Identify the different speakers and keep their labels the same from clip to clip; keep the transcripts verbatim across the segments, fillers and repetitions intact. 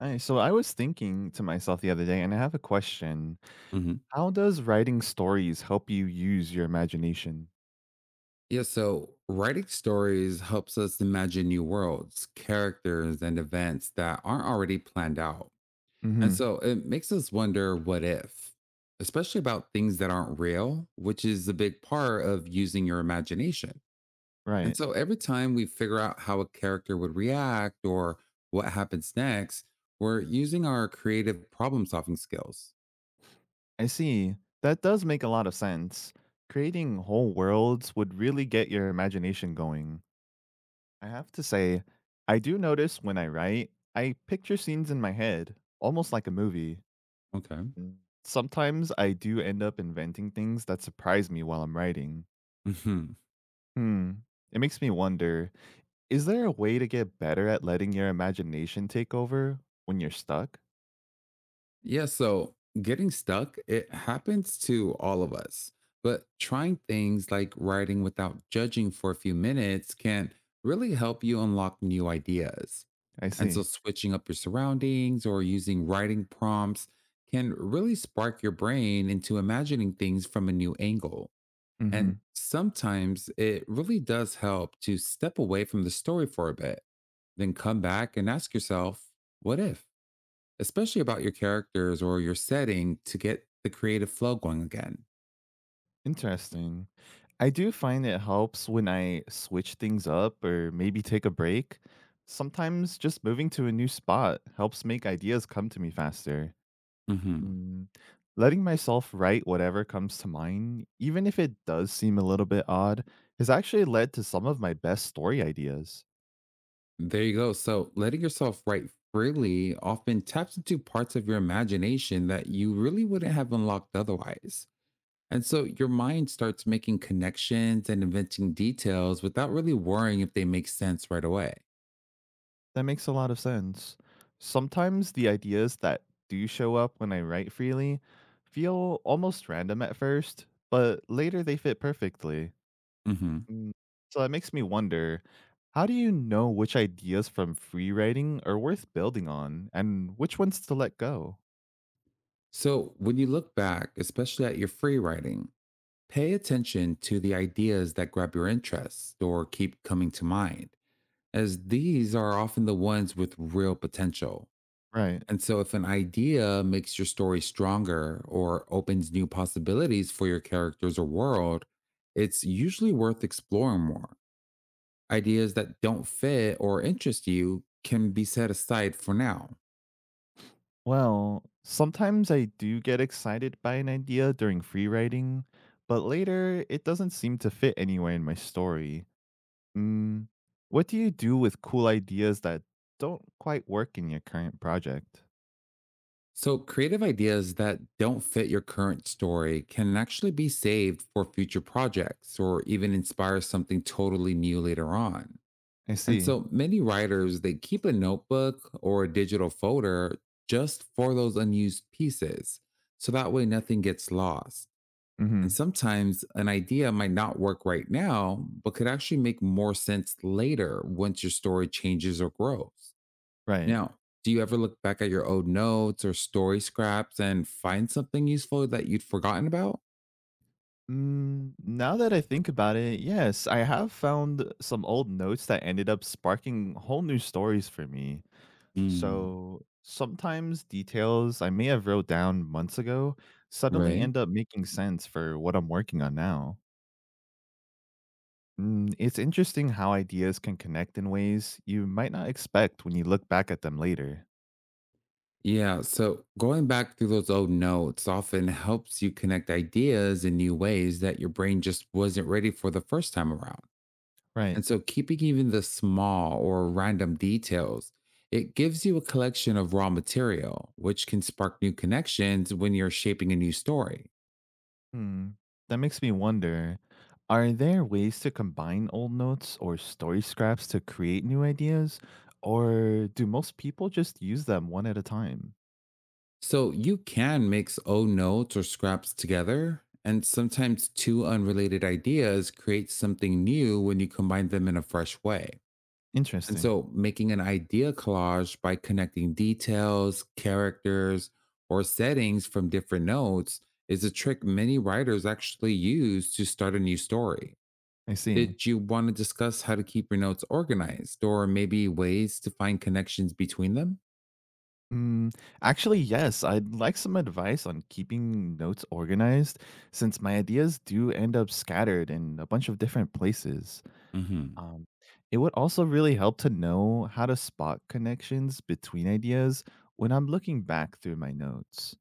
Speaker 1: Hi, so I was thinking to myself the other day, and I have a question.
Speaker 2: Hmm.
Speaker 1: How does writing stories help you use your imagination?
Speaker 2: Yeah, so writing stories helps us imagine new worlds, characters, and events that aren't already planned out. And
Speaker 1: Hmm.
Speaker 2: so it makes us wonder what if, especially about things that aren't real, which is a big part of using your imagination. And
Speaker 1: Right.
Speaker 2: so every time we figure out how a character would react or what happens next, we're using our creative problem solving skills.
Speaker 1: I see. That does make a lot of sense. Creating whole worlds would really get your imagination going. I have to say, I do notice when I write, I picture scenes in my head, almost like a movie.
Speaker 2: Okay.
Speaker 1: Mm. Sometimes I do end up inventing things that surprise me while I'm writing. Hmm. It makes me wonder, is there a way to get better at letting your imagination take over when you're stuck?
Speaker 2: Yeah, so getting stuck, it happens to all of us. But trying things like writing without judging for a few minutes can really help you unlock new ideas.
Speaker 1: I
Speaker 2: And so
Speaker 1: see.
Speaker 2: switching up your surroundings or using writing prompts can really spark your brain into imagining things from a new angle. And
Speaker 1: Mhm.
Speaker 2: sometimes it really does help to step away from the story for a bit, then come back and ask yourself, what if? Especially about your characters or your setting to get the creative flow going again.
Speaker 1: Interesting. I do find it helps when I switch things up or maybe take a break. Sometimes just moving to a new spot helps make ideas come to me faster.
Speaker 2: Hmm.
Speaker 1: Mm, Letting myself write whatever comes to mind, even if it does seem a little bit odd, has actually led to some of my best story ideas.
Speaker 2: There you go. So, letting yourself write freely often taps into parts of your imagination that you really wouldn't have unlocked otherwise. And so, your mind starts making connections and inventing details without really worrying if they make sense right away.
Speaker 1: That makes a lot of sense. Sometimes the ideas that do show up when I write freely feel almost random at first, but later they fit perfectly.
Speaker 2: Hmm.
Speaker 1: Mm, So that makes me wonder, how do you know which ideas from free writing are worth building on and which ones to let go?
Speaker 2: So, when you look back, especially at your free writing, pay attention to the ideas that grab your interest or keep coming to mind, as these are often the ones with real potential.
Speaker 1: Right.
Speaker 2: And so, if an idea makes your story stronger or opens new possibilities for your characters or world, it's usually worth exploring more. Ideas that don't fit or interest you can be set aside for now.
Speaker 1: Well, sometimes I do get excited by an idea during free writing, but later it doesn't seem to fit anywhere in my story. Mm, what do you do with cool ideas that don't quite work in your current project?
Speaker 2: So, creative ideas that don't fit your current story can actually be saved for future projects or even inspire something totally new later on.
Speaker 1: I
Speaker 2: And
Speaker 1: see.
Speaker 2: so many writers, they keep a notebook or a digital folder just for those unused pieces. So that way nothing gets lost. And
Speaker 1: Mhm.
Speaker 2: sometimes an idea might not work right now, but could actually make more sense later once your story changes or grows.
Speaker 1: Right.
Speaker 2: Now, do you ever look back at your old notes or story scraps and find something useful that you'd forgotten about?
Speaker 1: Mm, now that I think about it, yes, I have found some old notes that ended up sparking whole new stories for me.
Speaker 2: Mm.
Speaker 1: So sometimes details I may have wrote down months ago suddenly
Speaker 2: Right.
Speaker 1: end up making sense for what I'm working on now. Mm, it's interesting how ideas can connect in ways you might not expect when you look back at them later.
Speaker 2: Yeah, so going back through those old notes often helps you connect ideas in new ways that your brain just wasn't ready for the first time around.
Speaker 1: Right.
Speaker 2: And so keeping even the small or random details, it gives you a collection of raw material, which can spark new connections when you're shaping a new story.
Speaker 1: Hmm. That makes me wonder, are there ways to combine old notes or story scraps to create new ideas? Or do most people just use them one at a time?
Speaker 2: So you can mix old notes or scraps together, and sometimes two unrelated ideas create something new when you combine them in a fresh way. And
Speaker 1: Interesting.
Speaker 2: so making an idea collage by connecting details, characters, or settings from different notes is a trick many writers actually use to start a new story.
Speaker 1: I see.
Speaker 2: Did you want to discuss how to keep your notes organized or maybe ways to find connections between them?
Speaker 1: Hmm. actually, yes, I'd like some advice on keeping notes organized since my ideas do end up scattered in a bunch of different places.
Speaker 2: Hmm.
Speaker 1: Um, it would also really help to know how to spot connections between ideas when I'm looking back through my notes.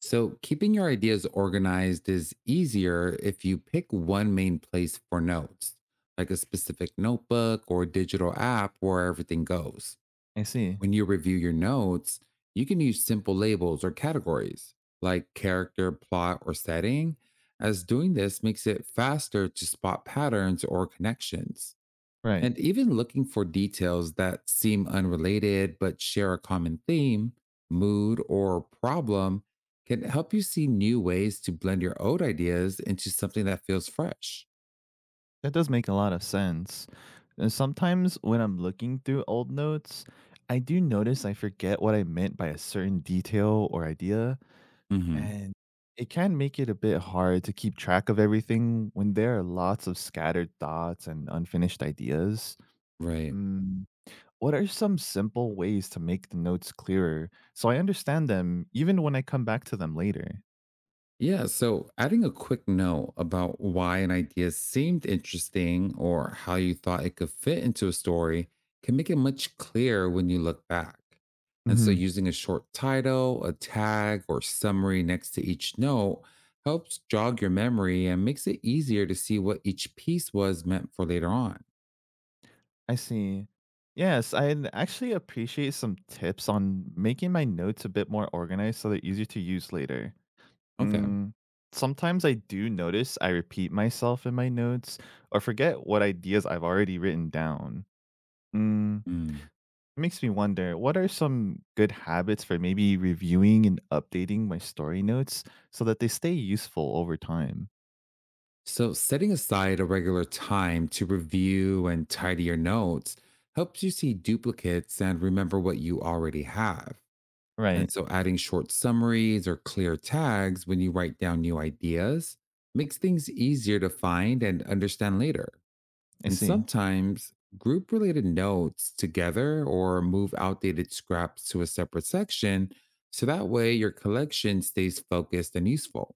Speaker 2: So, keeping your ideas organized is easier if you pick one main place for notes, like a specific notebook or digital app where everything goes.
Speaker 1: I see.
Speaker 2: When you review your notes, you can use simple labels or categories like character, plot, or setting, as doing this makes it faster to spot patterns or connections.
Speaker 1: Right.
Speaker 2: And even looking for details that seem unrelated but share a common theme, mood, or problem can help you see new ways to blend your old ideas into something that feels fresh.
Speaker 1: That does make a lot of sense. And sometimes when I'm looking through old notes, I do notice I forget what I meant by a certain detail or idea.
Speaker 2: Hmm.
Speaker 1: And it can make it a bit hard to keep track of everything when there are lots of scattered thoughts and unfinished ideas.
Speaker 2: Right.
Speaker 1: Mm, What are some simple ways to make the notes clearer so I understand them even when I come back to them later?
Speaker 2: Yeah, so adding a quick note about why an idea seemed interesting or how you thought it could fit into a story can make it much clearer when you look back. And so using a short title, a tag, or summary next to each note helps jog your memory and makes it easier to see what each piece was meant for later on.
Speaker 1: I see. Yes, I'd actually appreciate some tips on making my notes a bit more organized so they're easier to use later.
Speaker 2: Okay.
Speaker 1: Mm, sometimes I do notice I repeat myself in my notes or forget what ideas I've already written down. Mm,
Speaker 2: Hmm.
Speaker 1: it makes me wonder, what are some good habits for maybe reviewing and updating my story notes so that they stay useful over time?
Speaker 2: So, setting aside a regular time to review and tidy your notes helps you see duplicates and remember what you already have. And
Speaker 1: Right,
Speaker 2: so, adding short summaries or clear tags when you write down new ideas makes things easier to find and understand later.
Speaker 1: I
Speaker 2: And
Speaker 1: see.
Speaker 2: sometimes, group related notes together or move outdated scraps to a separate section so that way your collection stays focused and useful.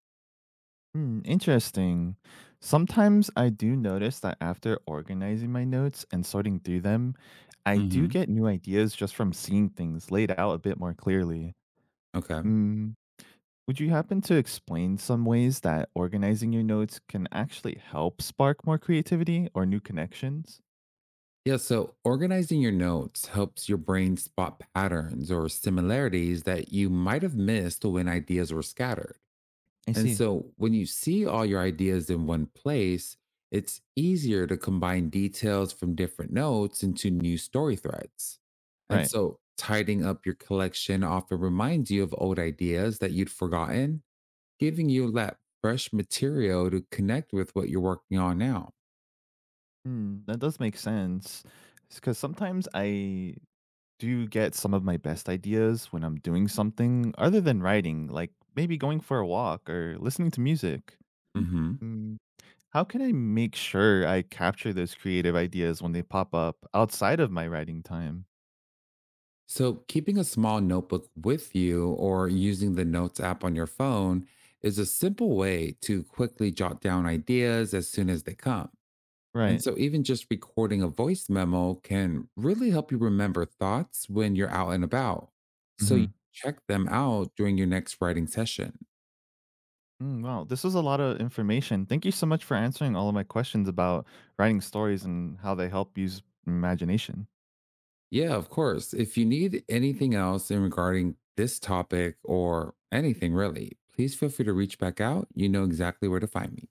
Speaker 1: Hmm, interesting. Sometimes I do notice that after organizing my notes and sorting through them, I do
Speaker 2: Hmm.
Speaker 1: get new ideas just from seeing things laid out a bit more clearly.
Speaker 2: Okay.
Speaker 1: Mm, would you happen to explain some ways that organizing your notes can actually help spark more creativity or new connections?
Speaker 2: Yeah, so organizing your notes helps your brain spot patterns or similarities that you might have missed when ideas were scattered.
Speaker 1: I
Speaker 2: And
Speaker 1: see.
Speaker 2: so when you see all your ideas in one place, it's easier to combine details from different notes into new story threads. And
Speaker 1: Right.
Speaker 2: so tidying up your collection often reminds you of old ideas that you'd forgotten, giving you that fresh material to connect with what you're working on now.
Speaker 1: Hmm, that does make sense. Because sometimes I do get some of my best ideas when I'm doing something other than writing, like maybe going for a walk or listening to music.
Speaker 2: Mhm.
Speaker 1: Mm, How can I make sure I capture those creative ideas when they pop up outside of my writing time?
Speaker 2: So, keeping a small notebook with you or using the Notes app on your phone is a simple way to quickly jot down ideas as soon as they come. And
Speaker 1: Right.
Speaker 2: so, even just recording a voice memo can really help you remember thoughts when you're out and about. So, you
Speaker 1: Hmm.
Speaker 2: check them out during your next writing session.
Speaker 1: Mm, wow, this is a lot of information. Thank you so much for answering all of my questions about writing stories and how they help use imagination.
Speaker 2: Yeah, of course. If you need anything else in regarding this topic or anything really, please feel free to reach back out. You know exactly where to find me.